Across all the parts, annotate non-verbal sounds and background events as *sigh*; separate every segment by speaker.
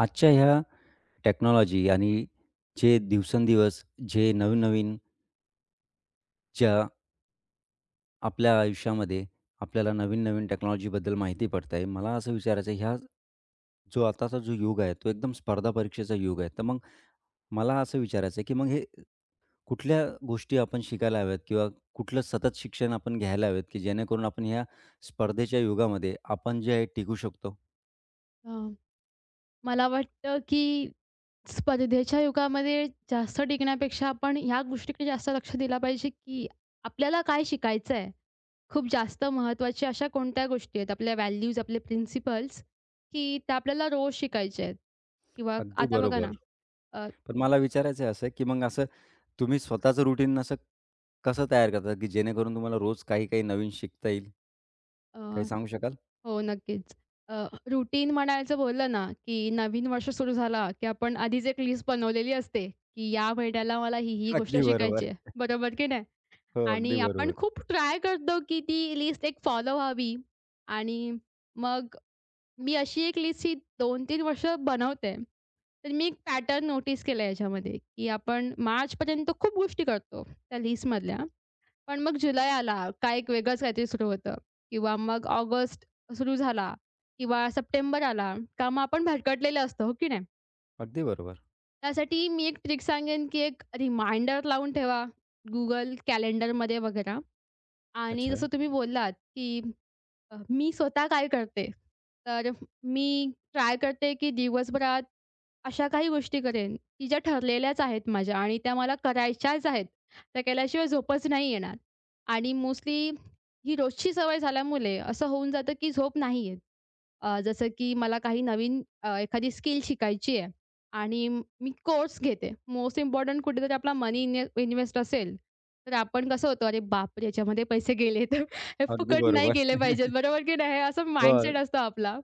Speaker 1: आजच्या ह्या टेक्नॉलॉजी आणि जे दिवसेंदिवस जे नवीन-नवीन ज्या आपल्या आयुष्यामध्ये आपल्याला नवीन-नवीन टेक्नॉलॉजीबद्दल माहिती पडत आहे. मला असं विचारायचं आहे, ह्या जो आताचा जो युग आहे, तो एकदम स्पर्धा परीक्षेचा युग आहे. तर मग मला असं विचारायचं आहे, की मग हे कुठल्या गोष्टी आपण शिकायला हव्यात किंवा कुठलं सतत शिक्षण आपण घ्यायला हवेत, की जेणेकरून आपण ह्या स्पर्धेच्या युगामध्ये आपण जे आहे टिकू शकतो?
Speaker 2: अ, मला वाटतं की स्पर्धेच्या युगामध्ये जास्त टिकण्यापेक्षा आपण ह्या गोष्टीकडे जास्त लक्ष दिला पाहिजे की आपल्याला काय शिकायचं आहे. खूप जास्त महत्त्वाच्या अशा कोणत्या गोष्टी आहेत, आपल्या व्हॅल्यूज, आपले प्रिन्सिपल्स, की त्या आपल्याला रोज शिकायच्या आहेत किंवा
Speaker 1: अगदी
Speaker 2: आता बघा
Speaker 1: बरोबर.
Speaker 2: ना. अ,
Speaker 1: पण मला विचारायचं आहे असं, की मग असं तुम्ही स्वतःचं रुटीन असं कसं तयार करता, की जेणेकरून तुम्हाला रोज काही-काही नवीन शिकता येईल? काही
Speaker 2: अ,
Speaker 1: सांगू शकाल?
Speaker 2: हो, नक्कीच. अ, रूटीन म्हणायचं बोललं ना, की नवीन वर्ष सुरू झाला, की आपण आधीच एक लिस्ट बनवलेली असते, की या महिन्याला मला ही
Speaker 1: *laughs*
Speaker 2: गोष्ट
Speaker 1: अगदी
Speaker 2: शिकायची
Speaker 1: बरोबर.
Speaker 2: आहे. बरोबर की नाही?
Speaker 1: हो, अगदी
Speaker 2: आणि आपण
Speaker 1: बरोबर.
Speaker 2: खूप ट्राय करतो, की ती लिस्ट एक फॉलो व्हावी आणि मग मी अशी एक लिस्ट ही 2-3 वर्ष बनवते. तर मी एक पॅटर्न नोटीस केला याच्यामध्ये, की आपण मार्चपर्यंत खूप गोष्टी करतो त्या लिस्टमधल्या. पण मग जुलै आला का एक वेगळंच काहीतरी सुरू होतं किंवा मग ऑगस्ट सुरू झाला किंवा सप्टेंबर आला का मग आपण भरकटलेले असतो, हो की नाही?
Speaker 1: अगदी बरोबर.
Speaker 2: त्यासाठी मी एक ट्रिक सांगेन, की एक रिमाइंडर लावून ठेवा Google कॅलेंडरमध्ये वगैरे आणि
Speaker 1: अच्छा.
Speaker 2: जसं तुम्ही बोललात, की मी स्वतः काय करते? तर मी ट्राय करते, की दिवसभरात अशा काही गोष्टी करेन, की ज्या ठरलेल्याच आहेत माझ्या आणि त्या मला करायच्याच आहेत. त्या केल्याशिवाय झोपच नाही येणार आणि मोस्टली ही रोजची सवय झाल्यामुळे असं होऊन जातं, की झोप नाही येत. जसं की मला काही नवीन एखादी स्किल शिकायची आहे आणि मी कोर्स घेते. मोस्ट इम्पोर्टंट कुठेतरी आपला मनी इन्व्हेस्ट असेल, तर आपण कसं होतो, "अरे बापरे! याच्यामध्ये पैसे गेले तर *laughs* हे
Speaker 1: अगदी
Speaker 2: फुकट नाही
Speaker 1: बरोबर.
Speaker 2: गेले पाहिजेत."
Speaker 1: *laughs*
Speaker 2: बरोबर की नाही? असं
Speaker 1: हो,
Speaker 2: माइंडसेट असतो आपला.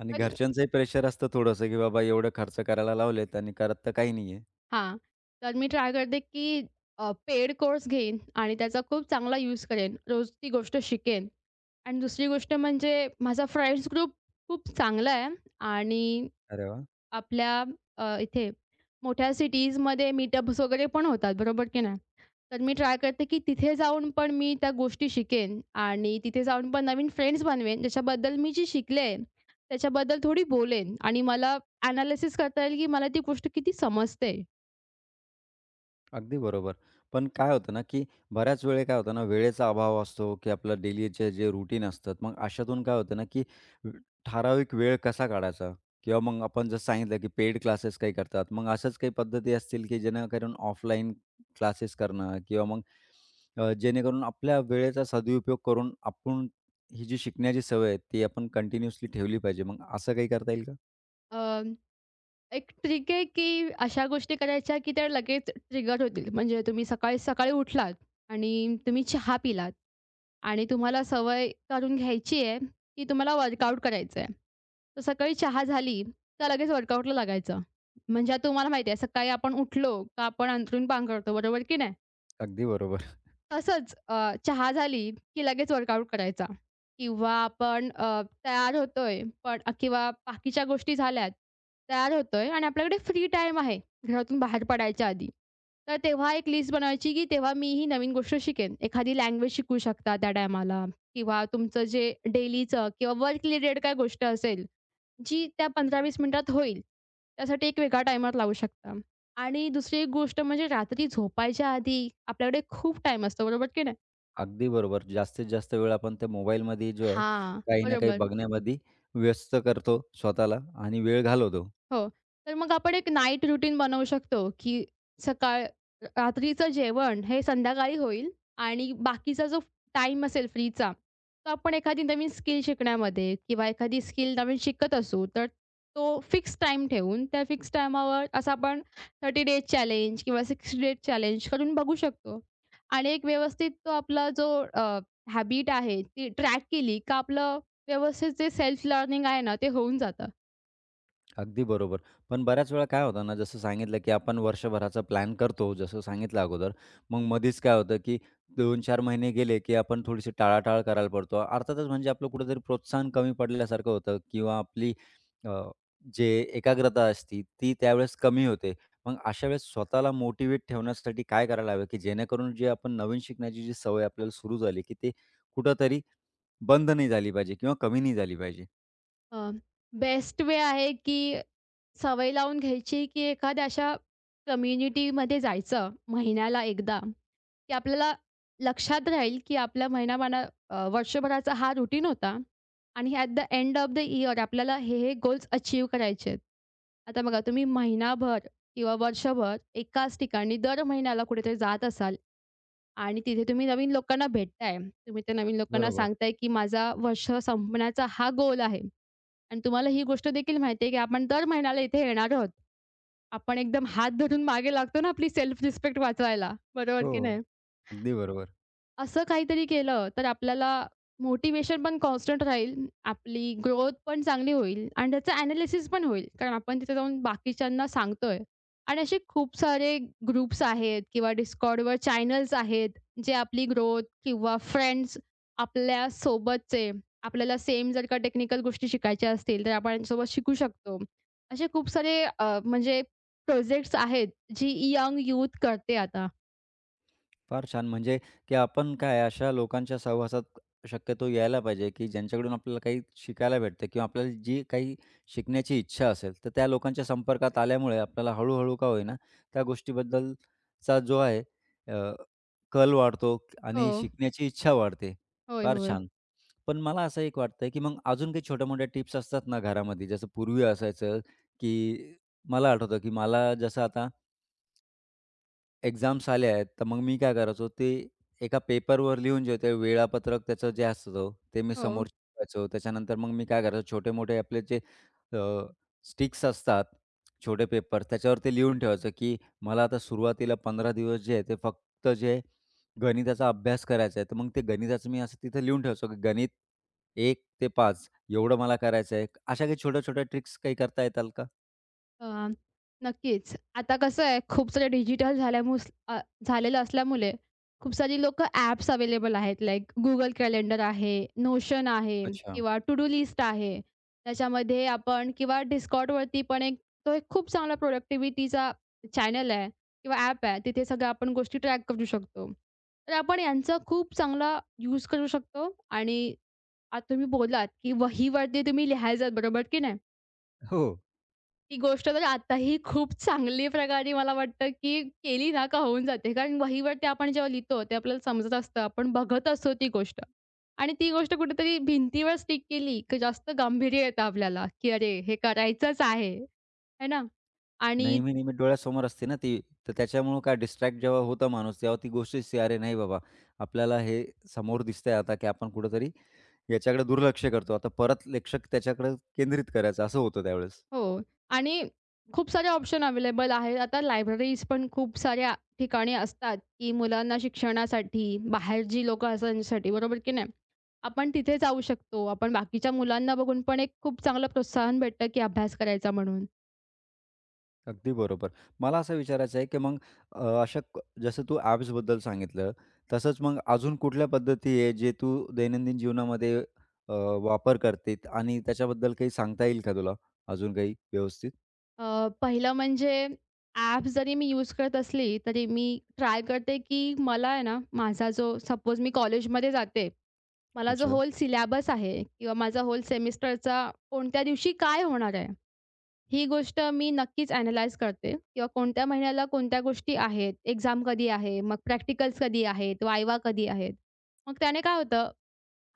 Speaker 1: आणि
Speaker 2: तर
Speaker 1: घरच्यांचंही प्रेशर असतं थोडंसं, की बाबा एवढं खर्च करायला लावलेत आणि करत तर काही नाहीये.
Speaker 2: हां. तर मी ट्राय करते की पेड कोर्स घेईन आणि त्याचा खूप चांगला यूज करेन. रोज ती गोष्ट शिकेन आणि दुसरी गोष्ट म्हणजे माझा फ्रेंड्स ग्रुप खूप चांगला आहे आणि
Speaker 1: अरे वाह!
Speaker 2: आपल्या इथे मोठ्या सिटीजमध्ये मीटअप्स वगैरे पण होतात, बरोबर की नाही? तर मी ट्राय करते, की तिथे जाऊन पण मी त्या गोष्टी शिकेन आणि तिथे जाऊन पण नवीन फ्रेंड्स बनवेन, ज्याच्याबद्दल मी जी शिकले, त्याच्याबद्दल थोडी बोलेन आणि मला ॲनालिसिस करता येईल, की मला ती गोष्ट किती समजते.
Speaker 1: अगदी बरोबर. पण काय होतं ना, की बऱ्याच वेळी काय होतं ना, वेळेचा अभाव असतो, की आपलं डेलीचे जे रूटीन असतात. मग अशातून काय होतं ना, की वे- ठराविक वेळ कसा काढायचा? किंवा मग आपण जसं सांगितलं, की पेड क्लासेस काही करतात. मग अशाच काही पद्धती असतील, की जेणेकरून ऑफलाईन क्लासेस करणं किंवा मग जेणेकरून आपल्या वेळेचा सदुपयोग करून आपण ही जी शिकण्याची सवय आहे, ती आपण कंटिन्यूअसली ठेवली पाहिजे. मग असं काही करता येईल का?
Speaker 2: एक ट्रिक आहे, की अशा गोष्टी करायच्या, की त्या लगेच ट्रिगर होतील. म्हणजे तुम्ही सकाळी-सकाळी उठलात आणि तुम्ही चहा पिलात आणि तुम्हाला सवय करून घ्यायची आहे, की तुम्हाला वर्कआउट करायचं आहे. तर सकाळी चहा झाली, तर लगेच वर्कआउटला लागायचं. म्हणजे आता तुम्हाला माहिती आहे, सकाळी आपण उठलो, का आपण अंथरूण पांघरतो, बरोबर की नाही?
Speaker 1: अगदी बरोबर.
Speaker 2: तसंच चहा झाली, की लगेच वर्कआउट करायचा किंवा आपण तयार होतोय पण किंवा बाकीच्या गोष्टी झाल्यात, तयार होतोय आणि आपल्याकडे फ्री टाईम आहे घरातून बाहेर पडायच्या आधी. तर तेव्हा एक लिस्ट बनवायची, की तेव्हा मी ही नवीन गोष्ट शिकेन. एखादी लँग्वेज शिकू शकता त्या टायमाला किंवा तुमचं जे डेलीचं किंवा वर्क रिलेटेड काय गोष्ट असेल, जी त्या 15-20 मिनिटात होईल, त्यासाठी एक वेगळा टायमर लावू शकता. आणि दुसरी एक गोष्ट म्हणजे रात्री झोपायच्या आधी आपल्याकडे खूप टाईम असतो, बरोबर की नाही?
Speaker 1: अगदी बरोबर. जास्तीत जास्त वेळ आपण त्या मोबाईलमध्ये जो आहे,
Speaker 2: हां.
Speaker 1: काही ना काही
Speaker 2: बरोबर.
Speaker 1: बघण्यामध्ये व्यस्त करतो स्वतःला आणि वेळ घालवतो.
Speaker 2: हो. तर मग आपण एक नाईट रुटीन बनवू शकतो, की सकाळ रात्रीचं जेवण हे संध्याकाळी होईल आणि बाकीचा जो टाईम असेल फ्रीचा, तो आपण एखादी नवीन स्किल शिकण्यामध्ये किंवा एखादी स्किल नवीन शिकत असू, तर तो फिक्स टाईम ठेवून त्या फिक्स टाईमावर असं आपण 30 डेज चॅलेंज किंवा 60 डेज चॅलेंज करून बघू शकतो. आणि एक व्यवस्थित तो आपला जो हॅबिट आहे ती ट्रॅक केली का आपलं व्यवस्थित जे सेल्फ लर्निंग आहे ना, ते होऊन जातं.
Speaker 1: अगदी बरोबर. पण बऱ्याच वेळा काय होतं ना, जसं सांगितलं, की आपण वर्षभराचा प्लॅन करतो, जसं सांगितलं अगोदर. मग मधीच काय होतं, की 2-4 महिने गेले, की आपण थोडीशी टाळाटाळ करायला पडतो. अर्थातच म्हणजे आपलं कुठेतरी प्रोत्साहन कमी पडल्यासारखं होतं किंवा आपली अ, जे एकाग्रता असते, ती त्यावेळेस कमी होते. मग अशा वेळेस स्वतःला मोटिव्हेट ठेवण्यासाठी काय करायला हवं, की जेणेकरून जे आपण नवीन शिकण्याची जी सवय आपल्याला सुरू झाली, की ते कुठेतरी बंद नाही झाली पाहिजे किंवा कमी नाही झाली पाहिजे?
Speaker 2: बेस्ट वे आहे, की सवय लावून घ्यायची, की एखाद्या अशा कम्युनिटीमध्ये जायचं महिन्याला एकदा, की आपल्याला लक्षात राहील, की आपला महिनाभरा वर्षभराचा हा रुटीन होता आणि at the end of the year आपल्याला हे गोल्स अचीव्ह करायचे आहेत. आता बघा तुम्ही महिनाभर किंवा वर्षभर एकाच ठिकाणी दर महिन्याला कुठेतरी जात असाल आणि तिथे तुम्ही नवीन लोकांना भेटताय. तुम्ही त्या नवीन लोकांना
Speaker 1: बरोबर.
Speaker 2: सांगताय, की माझा वर्ष संपण्याचा हा गोल आहे. आणि तुम्हाला ही गोष्ट देखील माहिती आहे, की आपण दर महिन्याला इथे येणार आहोत. आपण एकदम हात धरून मागे लागतो ना आपली सेल्फ रिस्पेक्ट वाचवायला. बरोबर
Speaker 1: हो,
Speaker 2: की नाही?
Speaker 1: अगदी बरोबर.
Speaker 2: असं काहीतरी केलं तर आपल्याला मोटिव्हेशन पण कॉन्स्टंट राहील, आपली ग्रोथ पण चांगली होईल आणि त्याचं एनालिसिस पण होईल. कारण आपण तिथे जाऊन बाकीच्यांना सांगतोय आणि असे खूप सारे ग्रुप्स आहेत किंवा Discordवर चॅनल्स आहेत, जे आपली ग्रोथ किंवा फ्रेंड्स आपल्या सोबतचे, आपल्याला सेम जर का टेक्निकल गोष्टी शिकायच्या असतील, तर आपण त्यांच्यासोबत शिकू शकतो. असे खूप सारे म्हणजे प्रोजेक्ट्स आहेत, जी यंग यूथ करते आता.
Speaker 1: फार छान. म्हणजे की आपण काय अशा लोकांच्या सहवासात शक्यतो यायला पाहिजे, की ज्यांच्याकडून आपल्याला काही शिकायला भेटतं किंवा आपल्याला जी काही शिकण्याची इच्छा असेल, तर त्या लोकांच्या संपर्कात आल्यामुळे आपल्याला हळू का होईना त्या गोष्टीबद्दलचा जो आहे अ, कल वाढतो
Speaker 2: हो.
Speaker 1: आणि शिकण्याची इच्छा वाढते.
Speaker 2: होय,
Speaker 1: फार
Speaker 2: होय.
Speaker 1: छान. पण मला असं एक वाटतंय, की मग अजून काही छोट्या-मोठ्या टिप्स असतात ना घरामध्ये, जसं पूर्वी असायचं, की मला आठवतं, की मला जसं आता एक्झाम्स आल्या आहेत, तर मग मी काय करायचो ते एका पेपरवर लिहून जे ते वेळापत्रक त्याचं जे असतं ते मी
Speaker 2: हो.
Speaker 1: समोर ठेवायचो. त्याच्यानंतर मग मी काय करायचो छोटे-मोठे आपले जे स्टिक्स असतात, छोटे पेपर त्याच्यावर ते लिहून ठेवायचं, की मला आता सुरुवातीला 15 दिवस जे आहे ते फक्त जे गणिताचा अभ्यास करायचा आहे. तर मग ते गणिताचं मी असं तिथं लिहून ठेवायचो, की गणित 1 ते 5 एवढं मला करायचं आहे. अशा काही छोट्या-छोट्या ट्रिक्स काही करता येताल का?
Speaker 2: अ, नक्कीच. आता कसं आहे, खूप सारे डिजिटल झालेलं असल्यामुळे खूप सारी लोकं ॲप्स अवेलेबल आहेत. लाइक Google कॅलेंडर आहे, Notion आहे
Speaker 1: अच्छा.
Speaker 2: किंवा टू डू लिस्ट आहे. त्याच्यामध्ये आपण किंवा Discordवरती पण एक खूप चांगला प्रोडक्टिव्हिटीचा चॅनल आहे किंवा ॲप आहे. तिथे सगळ्या आपण गोष्टी ट्रॅक करू शकतो. तर आपण यांचा खूप चांगला यूज करू शकतो आणि आता तुम्ही बोललात, की वहीवरती तुम्ही लिहायचं बरोबर की नाही?
Speaker 1: हो.
Speaker 2: ती गोष्ट तर आताही खूप चांगली प्रकारे मला वाटतं, की केली ना का होऊन जाते. कारण वहीवरती आपण जेव्हा लिहितो ते आपल्याला समजत असतं. आपण बघत असतो ती गोष्ट आणि ती गोष्ट कुठेतरी भिंतीवर स्टिक केली, की जास्त गांभीर्य येतं आपल्याला, की अरे हे करायचंच आहे. है ना? आणि
Speaker 1: नेहमी-नेहमी डोळ्यासमोर असते ना ती, तर त्याच्यामुळं काय डिस्ट्रॅक्ट जेव्हा होतं माणूस, तेव्हा ती गोष्ट दिसते, "अरे नाही बाबा, आपल्याला हे समोर दिसतंय आता, की आपण कुठेतरी याच्याकडे दुर्लक्ष करतो. आता परत लक्ष त्याच्याकडे केंद्रित करायचं." असं होतं त्यावेळेस.
Speaker 2: हो. आणि खूप सारे ऑप्शन अवेलेबल आहेत. आता लायब्ररीज पण खूप साऱ्या ठिकाणी असतात, की मुलांना शिक्षणासाठी, बाहेर जी लोकं असतात त्यांच्यासाठी, बरोबर की नाही? आपण तिथे जाऊ शकतो. आपण बाकीच्या मुलांना बघून पण एक खूप चांगलं प्रोत्साहन भेटतं, की अभ्यास करायचा म्हणून.
Speaker 1: अगदी बरोबर. मला असं विचारायचं आहे, की मग अ, अशा क जसं तू ॲप्सबद्दल सांगितलं, तसंच मग अजून कुठल्या पद्धती आहे, जे तू दैनंदिन जीवनामध्ये अ, वापर करते आणि त्याच्याबद्दल काही सांगता येईल का तुला अजून काही व्यवस्थित?
Speaker 2: पहिलं म्हणजे ॲप्स जरी मी यूज करत असली, तरी मी ट्राय करते, की मला आहे ना, माझा जो सपोज मी कॉलेजमध्ये जाते. मला जो
Speaker 1: अच्छा.
Speaker 2: होल सिलेबस आहे किंवा माझा होल सेमिस्टरचा कोणत्या दिवशी काय होणार आहे, ही गोष्ट मी नक्कीच ॲनलाईज करते किंवा कोणत्या महिन्याला कोणत्या गोष्टी आहेत, एक्झाम कधी आहे, मग प्रॅक्टिकल्स कधी आहेत, वायवा कधी आहेत. मग त्याने काय होतं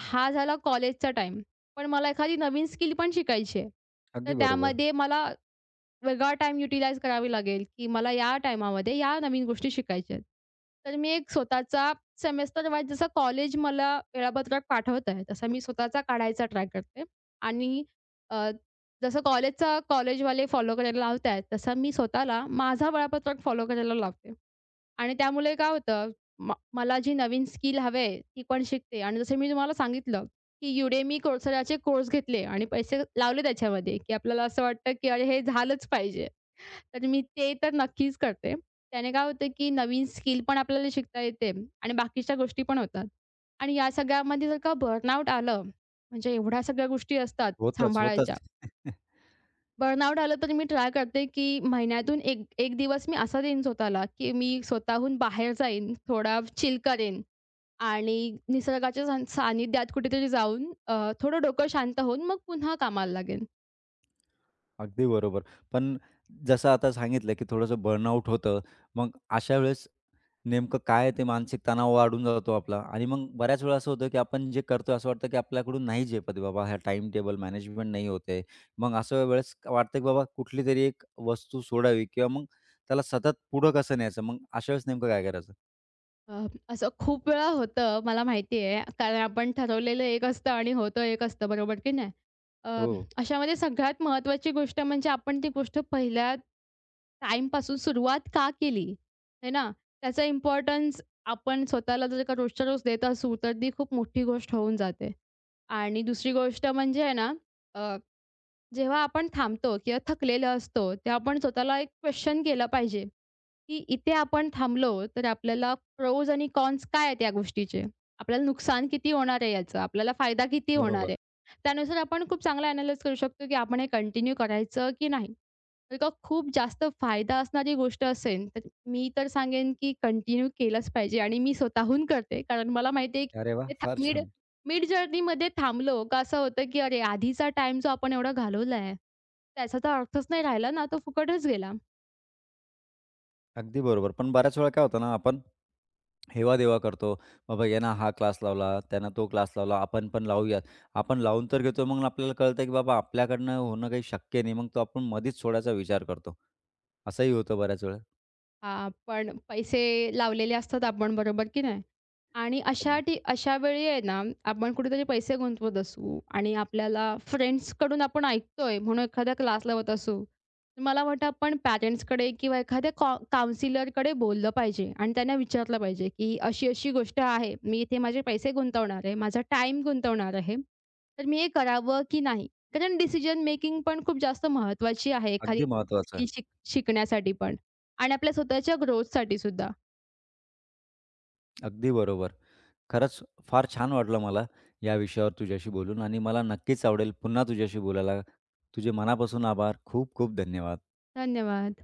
Speaker 2: हा झाला कॉलेजचा टाइम पण मला एखादी नवीन स्किल पण शिकायची आहे. तर
Speaker 1: अगदी बरोबर.
Speaker 2: त्यामध्ये मला वेगळा टाइम युटिलाइज करावी लागेल, की मला या टाईमामध्ये या नवीन गोष्टी शिकायच्या आहेत. तर मी एक स्वतःचा सेमेस्टर वाईज जसं कॉलेज मला वेळापत्रक पाठवत आहे, तसा मी स्वतःचा काढायचा ट्राय करते आणि अ, जसं कॉलेजचा कॉलेजवाले फॉलो करायला लावत आहेत, तसं मी स्वतःला माझा वेळापत्रक फॉलो करायला लावते. आणि त्यामुळे काय होतं, मला जी नवीन स्किल हवी आहे, ती पण शिकते आणि जसं मी तुम्हाला सांगितलं, की Udemy Courseraचे कोर्स घेतले आणि पैसे लावले त्याच्यामध्ये, की आपल्याला असं वाटतं, की अरे हे झालंच पाहिजे. तर मी ते तर नक्कीच करते. त्याने काय होतं, की नवीन स्किल पण आपल्याला शिकता येते आणि बाकीच्या गोष्टी पण होतात. आणि या सगळ्यामध्ये जर का बर्नआउट आलं, म्हणजे एवढ्या सगळ्या गोष्टी असतात
Speaker 1: होतंच,
Speaker 2: सांभाळायच्या.
Speaker 1: होतंच. *laughs*
Speaker 2: बर्नआउट आलं तरी मी ट्राय करते, की महिन्यातून एक एक दिवस मी असा देईन स्वतःला, की मी स्वतःहून बाहेर जाईन, थोडा चिल करेन आणि निसर्गाच्या सानिध्यात कुठेतरी जाऊन थोडं डोकं शांत होऊन मग पुन्हा कामाला लागेन.
Speaker 1: अगदी बरोबर. पण जसं आता सांगितलं, की थोडंसं बर्नआउट होतं. मग अशा वेळेस नेमकं काय ते मानसिक तणाव वाढून जातो आपला आणि मग बऱ्याच वेळा असं होतं, की आपण जे करतोय असं वाटतं, की आपल्याकडून नाही झेपत आहे बाबा हा टाइम टेबल मॅनेजमेंट नाही होते आहे. मग अशा वेळेस वाटतं, की बाबा कुठलीतरी एक वस्तू सोडावी किंवा मग त्याला सतत पुढं कसं न्यायचं? मग अशा वेळेस नेमकं काय करायचं?
Speaker 2: असं खूप वेळा होतं मला माहिती आहे. कारण आपण ठरवलेलं एक असतं आणि होतं एक असतं, बरोबर की नाही? अ,
Speaker 1: हो,
Speaker 2: अशामध्ये सगळ्यात महत्त्वाची गोष्ट म्हणजे आपण ती गोष्ट पहिल्या टाईमपासून सुरुवात का केली, आहे ना? त्याचा इम्पोर्टन्स आपण स्वतःला जर का रोजच्या रोज देत असू, तर ती खूप मोठी गोष्ट होऊन जाते. आणि दुसरी गोष्ट म्हणजे आहे ना, अ, जेव्हा आपण थांबतो किंवा थकलेलो असतो, तेव्हा आपण स्वतःला एक क्वेश्चन केला पाहिजे. की इथे आपण थांबलो तर आपल्याला प्रोज आणि कॉन्स काय आहेत या गोष्टीचे? आपल्याला नुकसान किती होणार आहे याचं? आपल्याला फायदा किती होणार
Speaker 1: बरोबर.
Speaker 2: आहे? त्यानुसार आपण खूप चांगला अॅनालाइज करू शकतो की आपण हे कंटिन्यू करायचं की नाही. जर का खूप जास्त फायदा असणारी गोष्ट असेल, तर मी तर सांगेन की कंटिन्यू केलंच पाहिजे आणि मी स्वतःहून करते. कारण मला माहिती आहे
Speaker 1: अरे वाह!
Speaker 2: की था
Speaker 1: फार
Speaker 2: मिड
Speaker 1: छान.
Speaker 2: मिड जर्नीमध्ये थांबलो का असं होतं की अरे आधीचा टाईम जो आपण एवढा घालवला आहे, त्याचा तर अर्थच नाही राहिला ना, तो फुकटच गेला.
Speaker 1: अगदी बरोबर. पण बऱ्याच वेळा काय होतं ना, आपण हेवा-देवा करतो. बाबा यानं हा क्लास लावला, त्यानं तो क्लास लावला, आपण पण लावूयात. आपण लावून तर घेतो, मग आपल्याला कळतं की बाबा आपल्याकडनं होणं काही शक्य नाही. मग तो आपण मधीच सोडायचा विचार करतो. असंही होतं बऱ्याच वेळा.
Speaker 2: हां, पण पैसे लावलेले असतात आपण, बरोबर की नाही? आणि
Speaker 1: अगदी
Speaker 2: अशा वेळी आहे ना, आपण कुठेतरी पैसे गुंतवत असू आणि आपल्याला फ्रेंड्सकडून आपण ऐकतोय म्हणून एखादा क्लास लावत असू. तर मला वाटतं आपण पॅरेंट्सकडे किंवा एखाद्या काउन्सिलरकडे बोललं पाहिजे आणि त्यांना विचारलं पाहिजे, की अशी-अशी गोष्ट आहे. मी इथे माझे पैसे गुंतवणार आहे, माझा टाईम गुंतवणार आहे. तर मी हे करावं की नाही? कारण डिसिजन मेकिंग पण खूप जास्त महत्त्वाची आहे एखादी
Speaker 1: अगदी महत्त्वाचं
Speaker 2: स्किल
Speaker 1: आहे.
Speaker 2: शिक शिकण्यासाठी पण. आणि आपल्या स्वतःच्या ग्रोथसाठी सुद्धा.
Speaker 1: अगदी बरोबर. खरंच फार छान वाटलं मला या विषयावर तुझ्याशी बोलून आणि मला नक्कीच आवडेल पुन्हा तुझ्याशी बोलायला. तुझे मनापासून आभार. खूप खूप धन्यवाद.
Speaker 2: धन्यवाद.